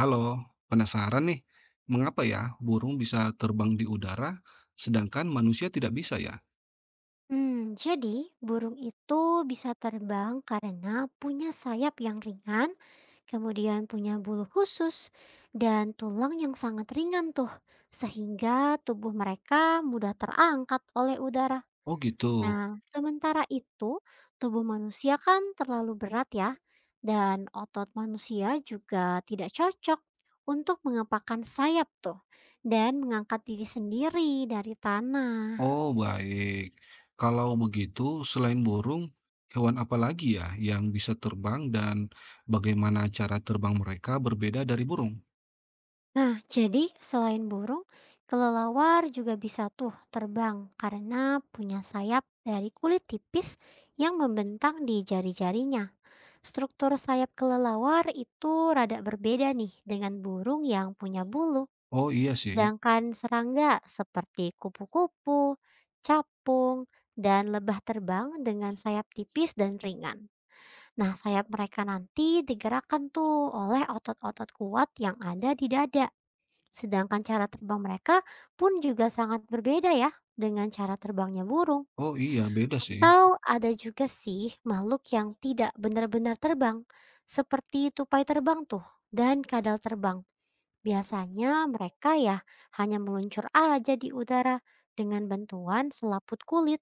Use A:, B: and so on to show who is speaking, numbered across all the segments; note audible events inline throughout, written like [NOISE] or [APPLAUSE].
A: Halo, penasaran nih, mengapa ya burung bisa terbang di udara sedangkan manusia tidak bisa ya?
B: Hmm, jadi burung itu bisa terbang karena punya sayap yang ringan, kemudian punya bulu khusus dan tulang yang sangat ringan tuh, sehingga tubuh mereka mudah terangkat oleh udara.
A: Oh gitu.
B: Nah, sementara itu tubuh manusia kan terlalu berat ya, dan otot manusia juga tidak cocok untuk mengepakkan sayap tuh dan mengangkat diri sendiri dari tanah.
A: Oh baik. Kalau begitu, selain burung, hewan apa lagi ya yang bisa terbang dan bagaimana cara terbang mereka berbeda dari burung?
B: Nah, jadi selain burung, kelelawar juga bisa tuh terbang karena punya sayap dari kulit tipis yang membentang di jari-jarinya. Struktur sayap kelelawar itu rada berbeda nih dengan burung yang punya bulu.
A: Oh iya sih.
B: Sedangkan serangga seperti kupu-kupu, capung, dan lebah terbang dengan sayap tipis dan ringan. Nah, sayap mereka nanti digerakkan tuh oleh otot-otot kuat yang ada di dada. Sedangkan cara terbang mereka pun juga sangat berbeda ya dengan cara terbangnya burung.
A: Oh iya, beda sih.
B: Atau ada juga sih makhluk yang tidak benar-benar terbang, seperti tupai terbang tuh dan kadal terbang. Biasanya mereka ya hanya meluncur aja di udara dengan bantuan selaput kulit.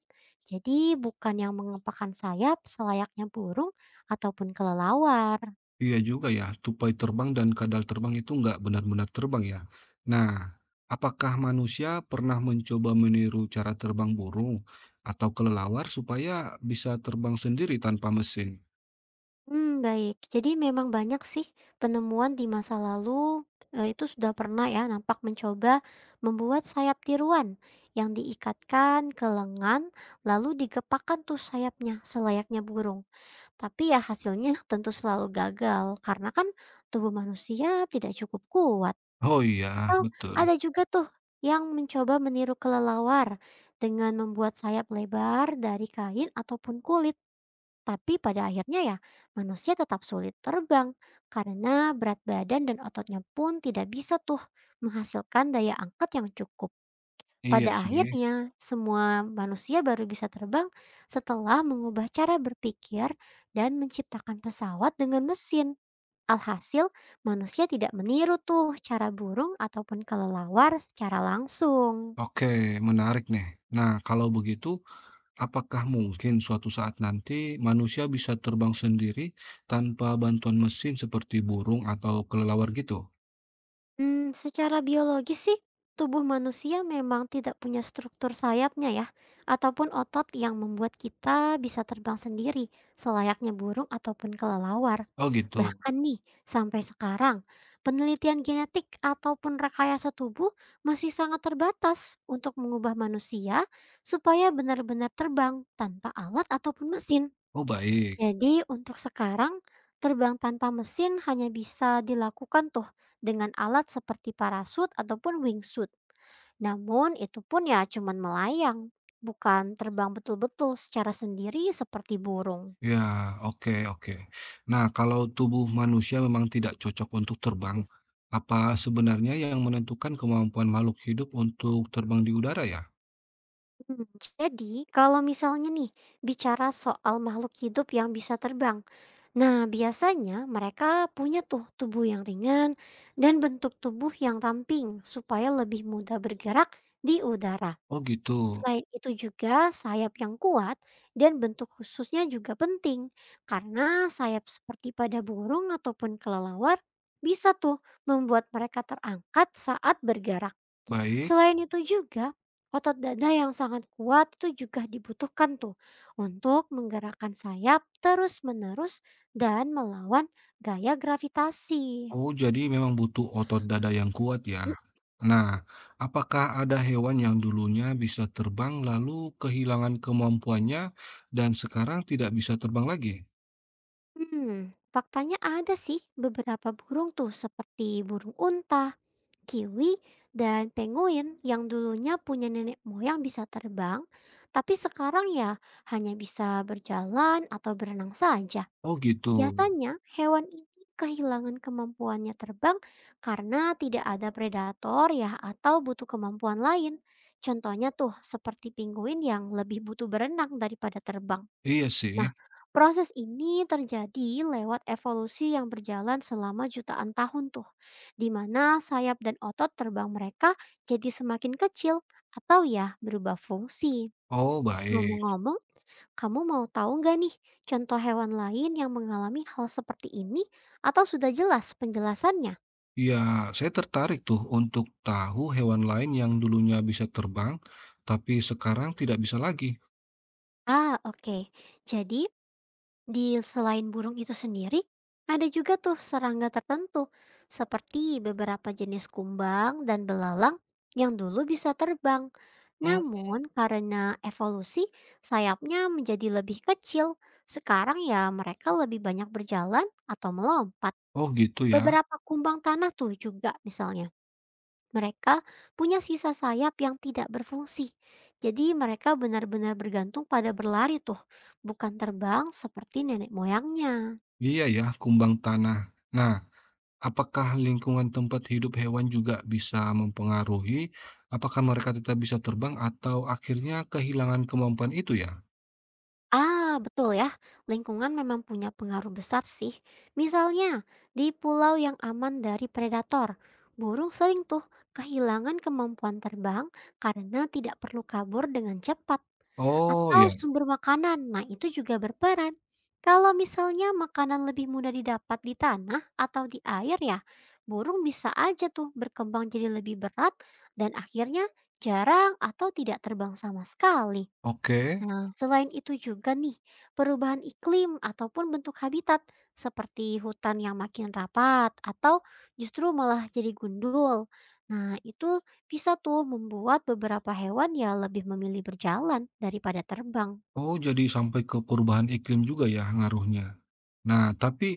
B: Jadi bukan yang mengepakkan sayap selayaknya burung ataupun kelelawar.
A: Iya juga ya, tupai terbang dan kadal terbang itu nggak benar-benar terbang ya. Nah, apakah manusia pernah mencoba meniru cara terbang burung atau kelelawar supaya bisa terbang sendiri tanpa mesin?
B: Hmm, baik. Jadi memang banyak sih penemuan di masa lalu, itu sudah pernah ya nampak mencoba membuat sayap tiruan yang diikatkan ke lengan lalu digepakkan tuh sayapnya selayaknya burung. Tapi ya hasilnya [LAUGHS] tentu selalu gagal karena kan tubuh manusia tidak cukup kuat.
A: Oh iya,
B: Atau
A: betul.
B: ada juga tuh yang mencoba meniru kelelawar dengan membuat sayap lebar dari kain ataupun kulit. Tapi pada akhirnya ya, manusia tetap sulit terbang karena berat badan dan ototnya pun tidak bisa tuh menghasilkan daya angkat yang cukup.
A: Iya
B: Pada
A: sih.
B: akhirnya, semua manusia baru bisa terbang setelah mengubah cara berpikir dan menciptakan pesawat dengan mesin. Alhasil, manusia tidak meniru tuh cara burung ataupun kelelawar secara langsung.
A: Oke, menarik nih. Nah, kalau begitu, apakah mungkin suatu saat nanti manusia bisa terbang sendiri tanpa bantuan mesin seperti burung atau kelelawar gitu?
B: Hmm, secara biologis sih, tubuh manusia memang tidak punya struktur sayapnya ya, ataupun otot yang membuat kita bisa terbang sendiri, selayaknya burung ataupun kelelawar.
A: Oh gitu.
B: Bahkan nih, sampai sekarang, penelitian genetik ataupun rekayasa tubuh masih sangat terbatas untuk mengubah manusia supaya benar-benar terbang tanpa alat ataupun mesin.
A: Oh baik.
B: Jadi untuk sekarang, terbang tanpa mesin hanya bisa dilakukan tuh dengan alat seperti parasut ataupun wingsuit. Namun itu pun ya cuman melayang, bukan terbang betul-betul secara sendiri seperti burung.
A: Ya, oke, oke. Nah, kalau tubuh manusia memang tidak cocok untuk terbang, apa sebenarnya yang menentukan kemampuan makhluk hidup untuk terbang di udara ya?
B: Mhm. Jadi, kalau misalnya nih bicara soal makhluk hidup yang bisa terbang, nah biasanya mereka punya tuh tubuh yang ringan dan bentuk tubuh yang ramping supaya lebih mudah bergerak di udara.
A: Oh gitu.
B: Selain itu juga sayap yang kuat dan bentuk khususnya juga penting karena sayap seperti pada burung ataupun kelelawar bisa tuh membuat mereka terangkat saat bergerak.
A: Baik.
B: Selain itu juga otot dada yang sangat kuat itu juga dibutuhkan tuh untuk menggerakkan sayap terus-menerus dan melawan gaya gravitasi.
A: Oh, jadi memang butuh otot dada yang kuat ya. Nah, apakah ada hewan yang dulunya bisa terbang lalu kehilangan kemampuannya dan sekarang tidak bisa terbang lagi?
B: Hmm, faktanya ada sih beberapa burung tuh seperti burung unta, Kiwi dan penguin yang dulunya punya nenek moyang bisa terbang, tapi sekarang ya hanya bisa berjalan atau berenang saja.
A: Oh gitu.
B: Biasanya hewan ini kehilangan kemampuannya terbang karena tidak ada predator ya atau butuh kemampuan lain. Contohnya tuh seperti penguin yang lebih butuh berenang daripada terbang.
A: Iya
B: Nah,
A: sih.
B: proses ini terjadi lewat evolusi yang berjalan selama jutaan tahun tuh, di mana sayap dan otot terbang mereka jadi semakin kecil atau ya berubah fungsi.
A: Oh, baik.
B: Ngomong-ngomong, kamu mau tahu nggak nih contoh hewan lain yang mengalami hal seperti ini atau sudah jelas penjelasannya?
A: Ya, saya tertarik tuh untuk tahu hewan lain yang dulunya bisa terbang, tapi sekarang tidak bisa lagi.
B: Ah, oke. Jadi di selain burung itu sendiri, ada juga tuh serangga tertentu, seperti beberapa jenis kumbang dan belalang yang dulu bisa terbang.
A: Hmm,
B: Namun karena evolusi, sayapnya menjadi lebih kecil. Sekarang ya mereka lebih banyak berjalan atau melompat.
A: Oh gitu ya.
B: Beberapa kumbang tanah tuh juga misalnya mereka punya sisa sayap yang tidak berfungsi. Jadi mereka benar-benar bergantung pada berlari tuh, bukan terbang seperti nenek moyangnya.
A: Iya ya, kumbang tanah. Nah, apakah lingkungan tempat hidup hewan juga bisa mempengaruhi apakah mereka tetap bisa terbang atau akhirnya kehilangan kemampuan itu ya?
B: Ah, betul ya. Lingkungan memang punya pengaruh besar sih. Misalnya, di pulau yang aman dari predator, burung sering tuh kehilangan kemampuan terbang karena tidak perlu kabur dengan cepat.
A: Oh ya,
B: Atau sumber makanan, nah itu juga berperan. Kalau misalnya makanan lebih mudah didapat di tanah atau di air ya, burung bisa aja tuh berkembang jadi lebih berat dan akhirnya jarang atau tidak terbang sama sekali.
A: oke.
B: Nah, selain itu juga nih, perubahan iklim ataupun bentuk habitat seperti hutan yang makin rapat atau justru malah jadi gundul. Nah, itu bisa tuh membuat beberapa hewan ya lebih memilih berjalan daripada terbang.
A: Oh, jadi sampai ke perubahan iklim juga ya ngaruhnya. Nah, tapi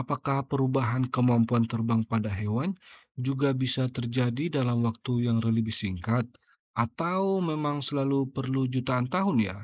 A: apakah perubahan kemampuan terbang pada hewan juga bisa terjadi dalam waktu yang lebih singkat? Atau memang selalu perlu jutaan tahun ya?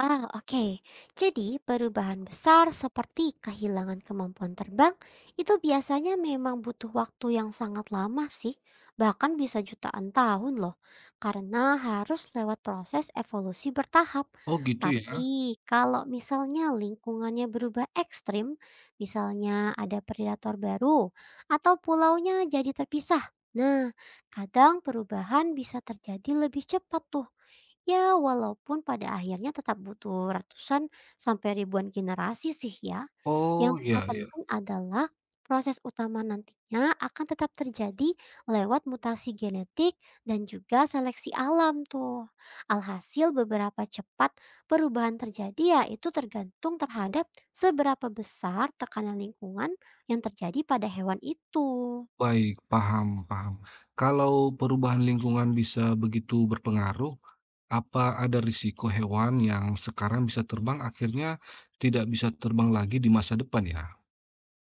B: Ah, oke. Jadi, perubahan besar seperti kehilangan kemampuan terbang itu biasanya memang butuh waktu yang sangat lama sih, bahkan bisa jutaan tahun loh, karena harus lewat proses evolusi bertahap.
A: Oh, gitu ya.
B: Tapi, kalau misalnya lingkungannya berubah ekstrim, misalnya ada predator baru atau pulaunya jadi terpisah, nah, kadang perubahan bisa terjadi lebih cepat tuh. Ya, walaupun pada akhirnya tetap butuh ratusan sampai ribuan generasi sih ya.
A: Oh,
B: Yang
A: iya, iya.
B: terpenting adalah proses utama nantinya akan tetap terjadi lewat mutasi genetik dan juga seleksi alam tuh. Alhasil beberapa cepat perubahan terjadi ya itu tergantung terhadap seberapa besar tekanan lingkungan yang terjadi pada hewan itu.
A: Baik, paham, paham. Kalau perubahan lingkungan bisa begitu berpengaruh, apa ada risiko hewan yang sekarang bisa terbang akhirnya tidak bisa terbang lagi di masa depan ya?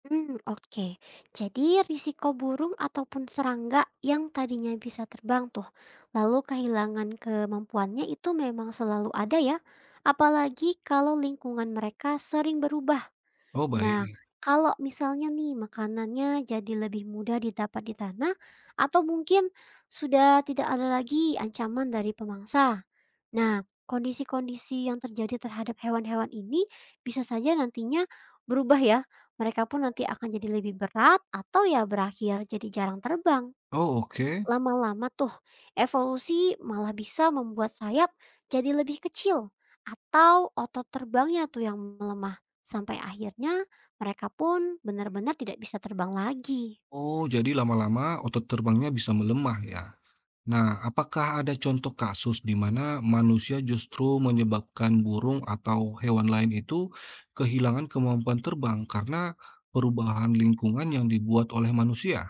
B: Hmm, oke. Jadi risiko burung ataupun serangga yang tadinya bisa terbang tuh, lalu kehilangan kemampuannya itu memang selalu ada ya, apalagi kalau lingkungan mereka sering berubah.
A: Oh,
B: Nah,
A: baik.
B: kalau misalnya nih makanannya jadi lebih mudah didapat di tanah atau mungkin sudah tidak ada lagi ancaman dari pemangsa. Nah, kondisi-kondisi yang terjadi terhadap hewan-hewan ini bisa saja nantinya berubah ya. Mereka pun nanti akan jadi lebih berat atau ya berakhir jadi jarang terbang.
A: Oh, oke.
B: Lama-lama tuh evolusi malah bisa membuat sayap jadi lebih kecil atau otot terbangnya tuh yang melemah. Sampai akhirnya mereka pun benar-benar tidak bisa terbang lagi.
A: Oh, jadi lama-lama otot terbangnya bisa melemah ya. Nah, apakah ada contoh kasus di mana manusia justru menyebabkan burung atau hewan lain itu kehilangan kemampuan terbang karena perubahan lingkungan yang dibuat oleh manusia?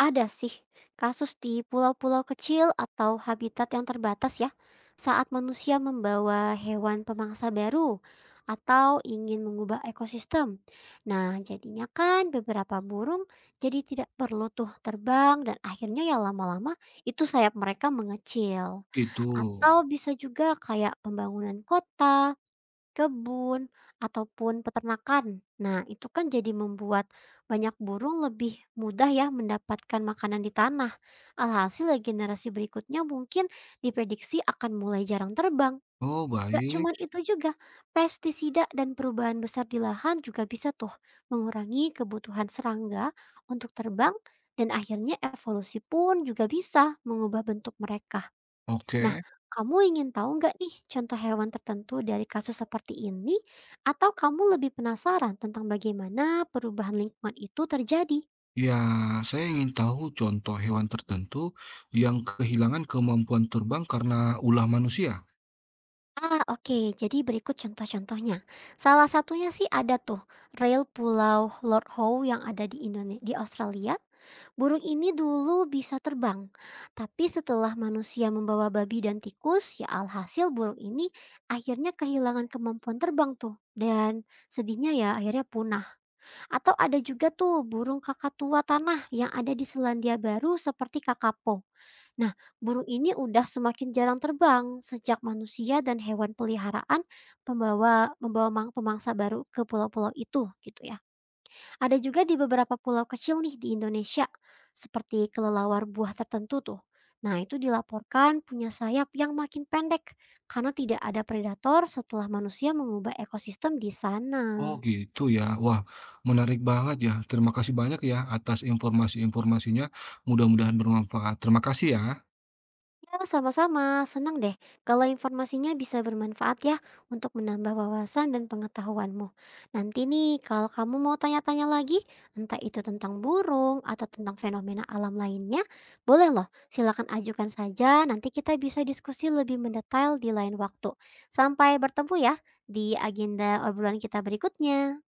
B: Ada sih kasus di pulau-pulau kecil atau habitat yang terbatas ya, saat manusia membawa hewan pemangsa baru atau ingin mengubah ekosistem. Nah, jadinya kan beberapa burung jadi tidak perlu tuh terbang dan akhirnya ya lama-lama itu sayap mereka mengecil.
A: Gitu.
B: Atau bisa juga kayak pembangunan kota, kebun ataupun peternakan. Nah, itu kan jadi membuat banyak burung lebih mudah ya mendapatkan makanan di tanah. Alhasil ya generasi berikutnya mungkin diprediksi akan mulai jarang terbang.
A: Oh,
B: Gak
A: baik.
B: cuman itu juga, pestisida dan perubahan besar di lahan juga bisa tuh mengurangi kebutuhan serangga untuk terbang dan akhirnya evolusi pun juga bisa mengubah bentuk mereka. Nah,
A: Oke.
B: kamu ingin tahu nggak nih contoh hewan tertentu dari kasus seperti ini? Atau kamu lebih penasaran tentang bagaimana perubahan lingkungan itu terjadi?
A: Ya, saya ingin tahu contoh hewan tertentu yang kehilangan kemampuan terbang karena ulah manusia.
B: Ah, oke. Jadi berikut contoh-contohnya. Salah satunya sih ada tuh rel Pulau Lord Howe yang ada di Indonesia, di Australia. Burung ini dulu bisa terbang, tapi setelah manusia membawa babi dan tikus, ya alhasil burung ini akhirnya kehilangan kemampuan terbang tuh. Dan sedihnya ya akhirnya punah. Atau ada juga tuh burung kakatua tanah yang ada di Selandia Baru seperti kakapo. Nah, burung ini udah semakin jarang terbang sejak manusia dan hewan peliharaan pembawa membawa pemangsa baru ke pulau-pulau itu gitu ya. Ada juga di beberapa pulau kecil nih di Indonesia seperti kelelawar buah tertentu tuh. Nah, itu dilaporkan punya sayap yang makin pendek karena tidak ada predator setelah manusia mengubah ekosistem di sana.
A: Oh gitu ya. Wah, menarik banget ya. Terima kasih banyak ya atas informasi-informasinya. Mudah-mudahan bermanfaat. Terima kasih ya.
B: Ya, sama-sama. Senang deh kalau informasinya bisa bermanfaat ya untuk menambah wawasan dan pengetahuanmu. Nanti nih, kalau kamu mau tanya-tanya lagi, entah itu tentang burung atau tentang fenomena alam lainnya, boleh loh. Silakan ajukan saja. Nanti kita bisa diskusi lebih mendetail di lain waktu. Sampai bertemu ya di agenda obrolan kita berikutnya.